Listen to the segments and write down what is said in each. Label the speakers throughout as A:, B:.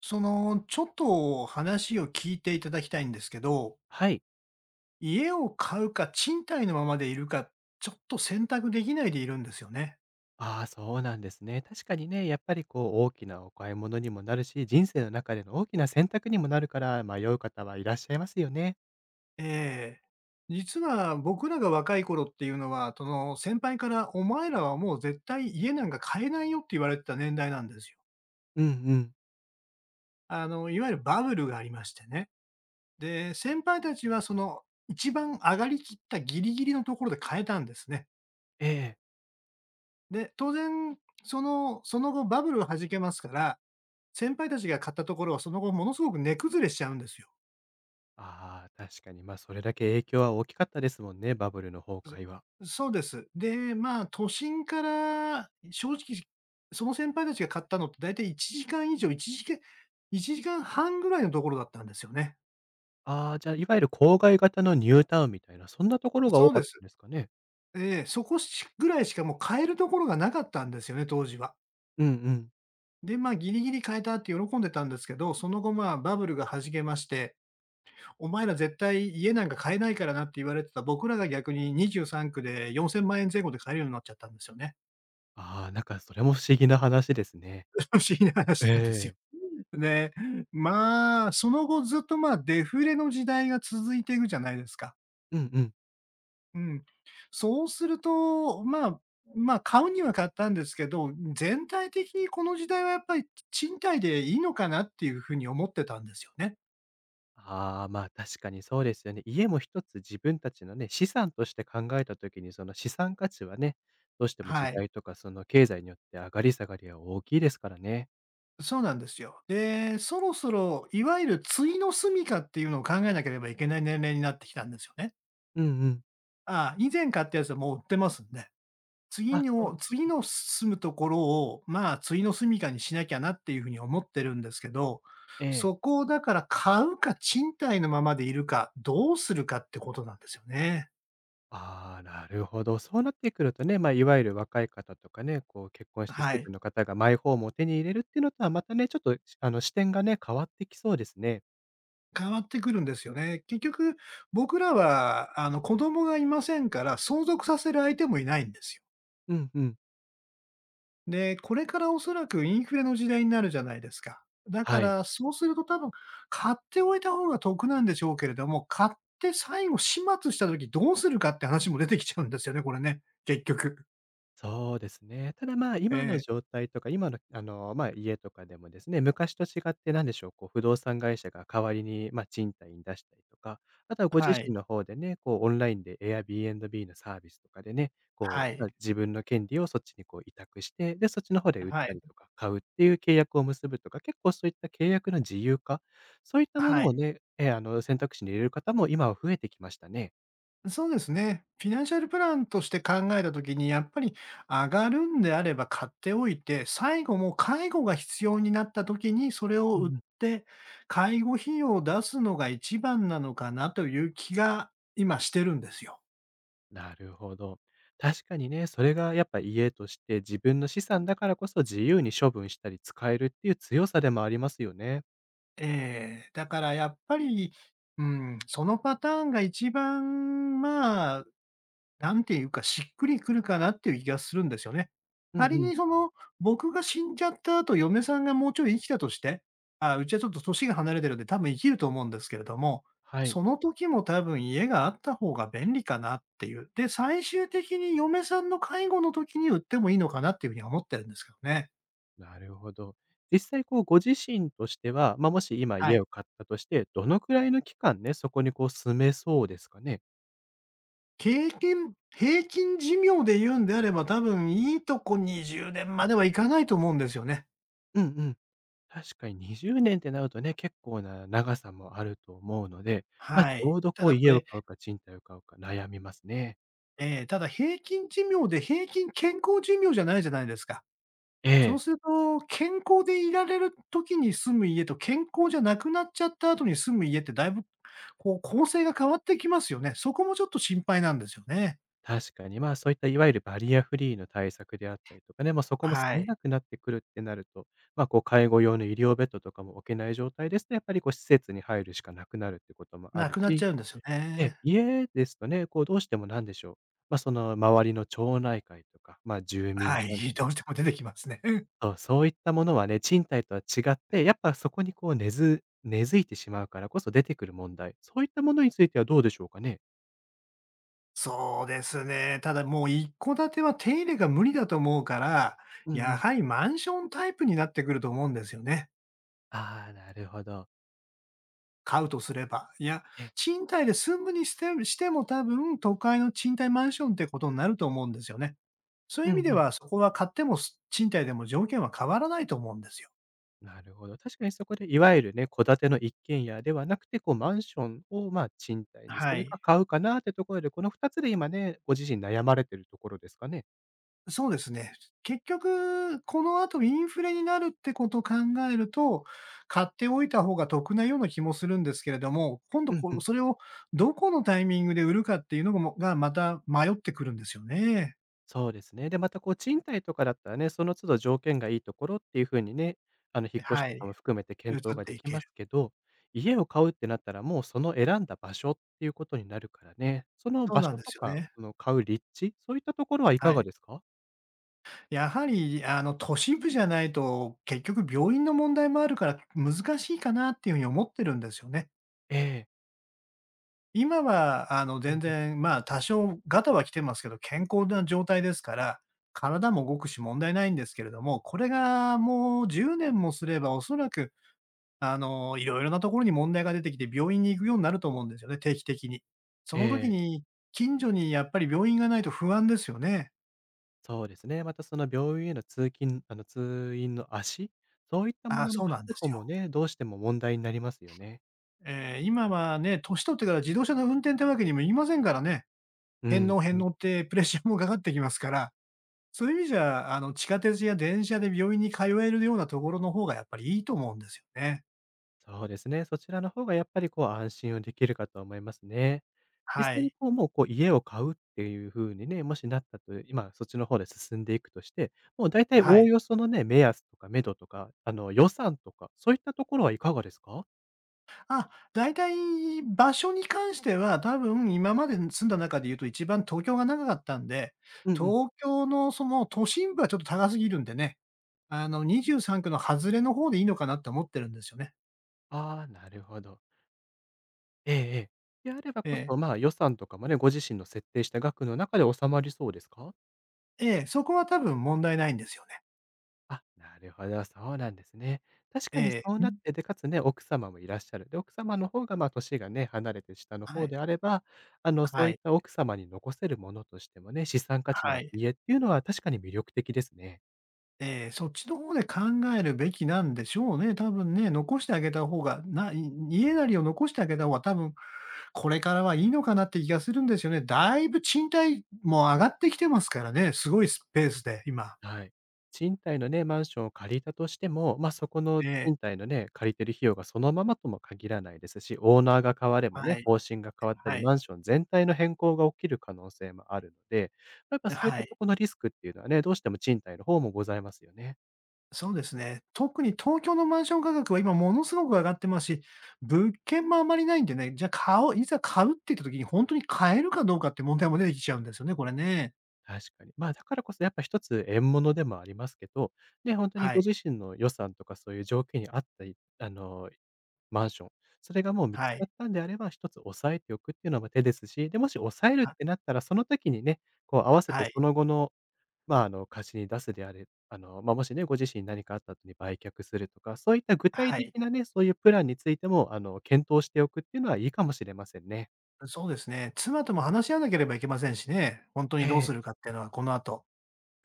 A: ちょっと話を聞いていただきたいんですけど、
B: はい。
A: 家を買うか賃貸のままでいるか、ちょっと選択できないでいるんですよね。
B: ああ、そうなんですね。確かにね、やっぱりこう大きなお買い物にもなるし、人生の中での大きな選択にもなるから、迷う方はいらっしゃいますよね。
A: ええ。実は僕らが若い頃っていうのは、その先輩からお前らはもう絶対家なんか買えないよって言われてた年代なんですよ。
B: うんうん。
A: いわゆるバブルがありましてね。で、先輩たちはその一番上がりきったギリギリのところで買えたんですね。
B: ええ。
A: で、当然、その後バブルが弾けますから先輩たちが買ったところは、その後ものすごく値崩れしちゃうんですよ。
B: ああ、確かに。ま、あそれだけ影響は大きかったですもんね、バブルの崩壊は。
A: そうです。で、まあ、都心から正直、その先輩たちが買ったのってだいたい1時間以上、1時間半ぐらいのところだったんですよね。
B: ああ、じゃあ、いわゆる郊外型のニュータウンみたいな、そんなところが
A: そ
B: 多
A: う
B: か
A: で
B: った
A: す。
B: んですかね。
A: ええ、そこしぐらいしかもう買えるところがなかったんですよね、当時は。
B: うんうん。
A: で、まあ、ギリギリ買えたって喜んでたんですけど、その後、まあ、バブルが弾けまして、お前ら絶対家なんか買えないからなって言われてた僕らが逆に23区で4000万円前後で買えるようになっちゃったんですよね。
B: ああ、なんかそれも不思議な話ですね。
A: 不思議な話なんですよ。
B: ええ。
A: で、まあ、その後ずっと、まあ、デフレの時代が続いていくじゃないですか。
B: うんうん。
A: うん。そうすると、まあ、買うには買ったんですけど、全体的にこの時代はやっぱり賃貸でいいのかなっていうふうに思ってたんですよね。
B: ああ、まあ、確かにそうですよね。家も一つ自分たちのね、資産として考えた時に、その資産価値はね、どうしても
A: は
B: 時
A: い。
B: 代とかその経済によって上がり下がりは大きいですからね。
A: そうなんですよ。で、そろそろいわゆる終の住みかっていうのを考えなければいけない年齢になってきたんですよね。
B: うんうん。
A: ああ、以前買ったやつはもう売ってますんで。次
B: あ、そう
A: の
B: で
A: 次
B: すね。
A: の住むところを、まあ、終の住みかにしなきゃなっていうふうに思ってるんですけど、
B: ええ。
A: そこをだから買うか賃貸のままでいるか、どうするかってことなんですよね。
B: ああ、なるほど。そうなってくるとね、まあ、いわゆる若い方とかね、こう結婚してす
A: はい。
B: ぐの方がマイホームを手に入れるっていうのとはまたね、ちょっと視点がね、変わってきそうですね。
A: 変わってくるんですよね。結局、僕らは子供がいませんから、相続させる相手もいないんですよ。
B: うんうん。
A: で、これからおそらくインフレの時代になるじゃないですか。だか
B: はい。
A: ら、そうすると多分、買っておいた方が得なんでしょうけれども、買って最後始末した時どうするかって話も出てきちゃうんですよね、これね、結局。
B: そうですね。ただ、まあ、
A: え
B: 今の
A: え、
B: 状態とか、今の、まあ、家とかでもですね、昔と違って何でしょう、こう、不動産会社が代わりに、まあ、賃貸に出したりとか、あとはご自
A: はい、
B: 身の方でね、こう、オンラインで Airbnb のサービスとかでね、こ
A: は
B: う、
A: い、
B: まあ、自分の権利をそっちにこう委託して、で、そっちの方で売っ
A: は
B: た
A: い、
B: りとか、買うっていう契約を結ぶとか、結構そういった契約の自由化、そういったもの
A: は
B: を
A: い。
B: ね、え、あの、選択肢に入れる方も今は増えてきましたね。
A: そうですね。フィナンシャルプランとして考えたときに、やっぱり上がるんであれば買っておいて、最後もう介護が必要になったときにそれを売って、介護費用を出すのが一番なのかなという気が今してるんですよ。
B: なるほど。確かにね、それがやっぱ家として自分の資産だからこそ自由に処分したり使えるっていう強さでもありますよね。
A: ええ、だからやっぱり、うん、そのパターンが一番、まあ、なんていうか、しっくりくるかなっていう気がするんですよね。
B: うん
A: 仮
B: うん。
A: にその、僕が死んじゃった後、嫁さんがもうちょい生きたとして、あ、うちはちょっと歳が離れてるんで、多分生きると思うんですけれども、
B: はい。
A: その時も多分家があった方が便利かなっていう。で、最終的に嫁さんの介護の時に売ってもいいのかなっていうふうには思ってるんですけどね。
B: なるほど。実際こうご自身としては、まあ、もし今
A: は
B: 家
A: い。
B: を買ったとして、どのくらいの期間ね、そこにこう住めそうですかね？
A: 経験平均寿命で言うんであれば、多分いいとこ20年まではいかないと思うんですよね。
B: うんうん。確かに20年ってなるとね、結構な長さもあると思うので、まあ、ち
A: は
B: ょ
A: い。
B: うど
A: た
B: こう
A: だこ
B: 家を
A: れ
B: 買うか賃貸を買うか悩みますね。
A: ええ、ただ平均寿命で、平均健康寿命じゃないじゃないですか。
B: え
A: そう
B: え。
A: すると、健康でいられる時に住む家と、健康じゃなくなっちゃった後に住む家ってだいぶ、こう構成が変わってきますよね。そこもちょっと心配なんですよね。
B: 確かに、まあ、そういったいわゆるバリアフリーの対策であったりとかね、まあ、そこも住
A: は
B: め
A: い。
B: なくなってくるってなると、まあ、こう介護用の医療ベッドとかも置けない状態ですと、やっぱりこう施設に入るしかなくなるってこともあ
A: な
B: る
A: くなっち
B: し、
A: ゃうんですよ
B: え
A: ね。
B: 家ですとね、こうどうしてもなんでしょう、まあ、その周りの町内会とか、まあ、住民
A: はい、
B: 関 係
A: どうしても出てきますね。うん。
B: そう、そういったものはね、賃貸とは違って、やっぱそこにこう根付いてしまうからこそ出てくる問題、そういったものについてはどうでしょうかね？
A: そうですね。ただもう一戸建ては手入れが無理だと思うから、
B: うんう
A: や
B: ん。
A: はりマンションタイプになってくると思うんですよね。
B: ああ、なるほど。
A: 買うとすれば、いや、
B: え。
A: 賃貸で住むにしてしても多分、都会の賃貸マンションってことになると思うんですよね。そうい
B: う
A: う意
B: ん
A: 味で
B: うん。
A: は、そこは買っても賃貸でも条件は変わらないと思うんですよ。
B: なるほど。確かにそこでいわゆるね、戸建ての一軒家ではなくて、こうマンションをまあ、賃貸にす
A: は
B: るか
A: い。
B: 買うかなってところで、この2つで今ね、ご自身悩まれてるところですかね？
A: そうですね。結局、この後インフレになるってことを考えると、買っておいた方が得なような気もするんですけれども、今度
B: うん
A: こ
B: う
A: う、
B: ん。
A: それをどこのタイミングで売るかっていうのもが、また迷ってくるんですよね。
B: そうですね。で、またこう賃貸とかだったらね、その都度条件がいいところっていう風にね、引っ越し
A: は
B: とか
A: い。
B: も含めて
A: 移
B: 検討
A: っ
B: が
A: て
B: で
A: い
B: き
A: け
B: ま
A: る。
B: すけど、家を買うってなったら、もうその選んだ場所っていうことになるからね、その
A: そう
B: 場
A: なん
B: 所
A: で
B: と
A: すよ
B: か、
A: ね。
B: その買う立地、そういったところはい
A: は
B: かが
A: い。
B: ですか？
A: やはり、都市部じゃないと、結局病院の問題もあるから、難しいかなっていうふうに思ってるんですよね。
B: ええ。
A: 今は、
B: うん
A: 全
B: うん。
A: 然、まあ、多少ガタは来てますけど、健康な状態ですから、体も動くし問題ないんですけれども、これがもう10年もすれば、おそらく、いろいろなところに問題が出てきて、病院に行くようになると思うんですよね、定期的に。そ
B: え
A: の時
B: え。
A: に、近所にやっぱり病院がないと不安ですよね。
B: そうですね。またその病院へのあの、通院の足、そういった
A: あ
B: も
A: あ、
B: のの
A: そう
B: 確
A: なんです
B: 保も
A: よ。
B: ね、どうしても問題になりますよね。
A: 今はね、年取ってから自動車の運転ってわけにもいきませんからね。
B: う
A: 返
B: ん、
A: 納
B: う
A: 返
B: ん。
A: 納ってプレッシャーもかかってきますから、そういう意味じゃ、地下鉄や電車で病院に通えるようなところの方がやっぱりいいと思うんですよね。
B: そうですね。そちらの方がやっぱりこう安心をできるかと思いますね。実
A: は
B: 際に
A: い。
B: こう、もうこう家を買うっていう風にね、もしなったと今そっちの方で進んでいくとして、もう大体
A: は
B: おお
A: い。
B: よそのね、目安とか目処とか、予算とか、そういったところはいかがですか？
A: あ、大体場所に関しては、多分今まで住んだ中で言うと一番東京が長かったんで、
B: うんうん。
A: 東京のその都心部はちょっと高すぎるんでね、23区の外れの方でいいのかなって思ってるんですよね。
B: ああ、なるほど。ええええ。であれば
A: え
B: こ
A: え。
B: そ、まあ、予算とかもね、ご自身の設定した額の中で収まりそうですか？
A: ええ、そこは多分問題ないんですよね。
B: あ、なるほど、そうなんですね。確
A: え
B: かにそう
A: え、
B: なっ
A: ん。
B: て、で、かつね、奥様もいらっしゃる。で、奥様の方が、まあ、年がね、離れて下の
A: は
B: 方
A: い、
B: であれば、そ
A: は
B: ういっ
A: い、
B: た奥様に残せるものとしてもね、資産価値のあ
A: は
B: る
A: い。
B: 家っていうのは確かに魅力的ですね。
A: ええ、そっちの方で考えるべきなんでしょうね、多分ね。残してあげた方が、ない家なりを残してあげた方が多分、これからはいいのかなって気がするんですよね。だいぶ賃貸も上がってきてますからね、すごいスペースで、今。
B: はい。賃貸のね、マンションを借りたとしても、まあ、そこの
A: ええ、
B: 賃貸のね、借りてる費用がそのままとも限らないですし、オーナーが変わればね、
A: はい、
B: 方針が変わった
A: は
B: り、
A: い、
B: マンション全体の変更が起きる可能性もあるので、なんかそういっ
A: は
B: たと
A: い。
B: このリスクっていうのはね、どうしても賃貸の方もございますよね。
A: そうですね。特に東京のマンション価格は今ものすごく上がってますし、物件もあまりないんでね、じゃ、あ買おういざ買うって言った時に本当に買えるかどうかって問題も出てきちゃうんですよね、これね。
B: 確かに。まあ、だからこそやっぱ一つ縁物でもありますけど、ね、本当に
A: は
B: ご
A: い、
B: 自身の予算とかそういう条件に合ったあのマンション。それがもう見つ
A: はい、
B: かったんであれば、一つ押さえておくっていうのも手ですし、で、もし押さえるっ
A: は
B: てなったら、その時にね、こう合わせて
A: はい、
B: その後の、まあ、貸しに出すであれまあ、もしね、ご自身に何かあった後に売却するとか、そういった具体
A: は
B: 的
A: い。
B: なね、そういうプランについても、検討しておくっていうのはいいかもしれませんね。
A: そうですね。妻とも話し合わなければいけませんしね、本当に
B: え
A: どう
B: え。
A: するかっていうのはこの後。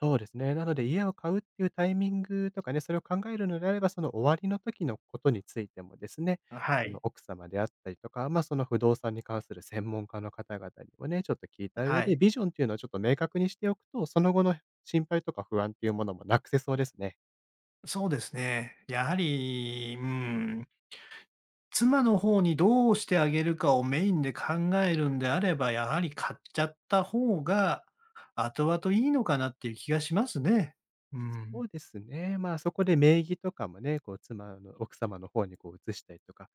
B: そうですね。なので家を買うっていうタイミングとかね、それを考えるのであれば、その終わりの時のことについてもですね、
A: はい、
B: 奥様であったりとか、ま、その不動産に関する専門家の方々にもね、ちょっと聞いた上
A: はい。
B: で、ビジョンっていうのをちょっと明確にしておくと、その後の心配とか不安っていうものもなくせそうですね。
A: そうですね。やはり、うーん。妻の方にどうしてあげるかをメインで考えるんであれば、やはり買っちゃった方が後々いいのかなっていう気がしますね。う
B: そ
A: ん。
B: うですね。まあ、そこで名義とかもね、こう妻の奥様の方にこう移したりとか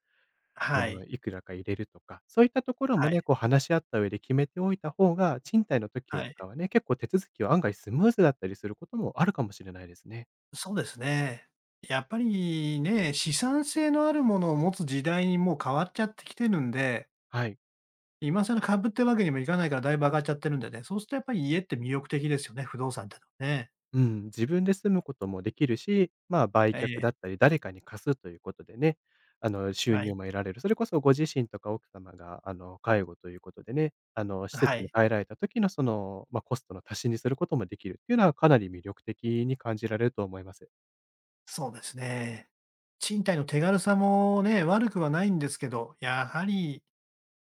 A: はい。
B: いくらか入れるとか、そういったところ
A: は
B: もね、
A: い。
B: こう話し合った上で決めておいた方が、賃貸の時よ
A: は
B: り
A: い。
B: かはね、結構手続きは案外スムーズだったりすることもあるかもしれないですね。
A: そうですね。やっぱりね、資産性のあるものを持つ時代にもう変わっちゃってきてるんで、
B: はい。
A: 今更株ってわけにもいかないからだいぶ上がっちゃってるんでね、そうするとやっぱり家って魅力的ですよね、不動産ってのはね。
B: うん、自分で住むこともできるし、まあ、売
A: え
B: 却だっ
A: え、
B: たり、誰かに貸すということでね、収
A: は
B: 入
A: い。
B: も得られる。それこそご自身とか奥様が、介護ということでね、施
A: は
B: 設に
A: い。
B: 入られた時のその、まあ、コストの足しにすることもできるっていうのはかなり魅力的に感じられると思います。
A: そうですね。賃貸の手軽さもね、悪くはないんですけど、やはり、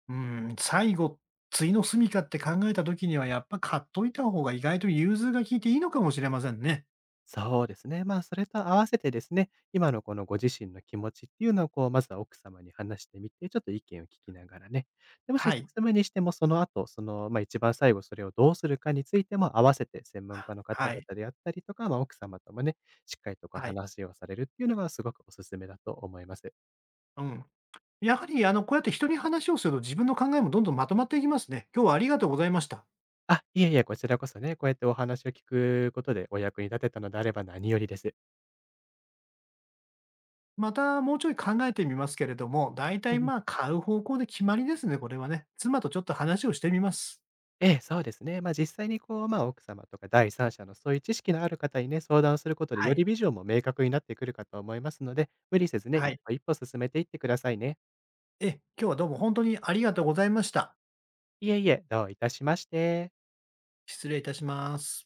A: うん、最後、次の住みかって考えた時には、やっぱ買っといた方が意外と融通が効いていいのかもしれませんね。
B: そうですね。まあ、それと合わせてですね、今のこのご自身の気持ちっていうのを、こう、まずは奥様に話してみて、ちょっと意見を聞きながらね。で、もし
A: は
B: お
A: い。
B: 勧めにしても、その後、その、まあ、一番最後、それをどうするかについても合わせて、専門
A: あ、
B: 家の方
A: は
B: 々
A: い。
B: であったりとか、まあ、奥様ともね、しっかりとこう
A: はい。
B: 話をされるっていうのがすごくお勧めだと思います。
A: うん。やはり、こうやって人に話をすると自分の考えもどんどんまとまっていきますね。今日はありがとうございました。
B: あ、いえいえ、こちらこそね、こうやってお話を聞くことでお役に立てたのであれば何よりです。
A: またもうちょい考えてみますけれども、だいた
B: う
A: い
B: んうん。
A: まあ、買う方向で決まりですね、これはね。妻とちょっと話をしてみます。
B: ええ、そうですね。ま、実際にこう、ま、奥様とか第三者のそういう知識のある方にね、相談することで、
A: は
B: よ
A: い。
B: りビジョンも明確になってくるかと思いますので、無理せずね、
A: は
B: 一
A: い。
B: 歩一歩進めていってくださいね。
A: え今日はどうも本当にありがとうございました。
B: いえいえ、どういたしまして。
A: 失礼いたします。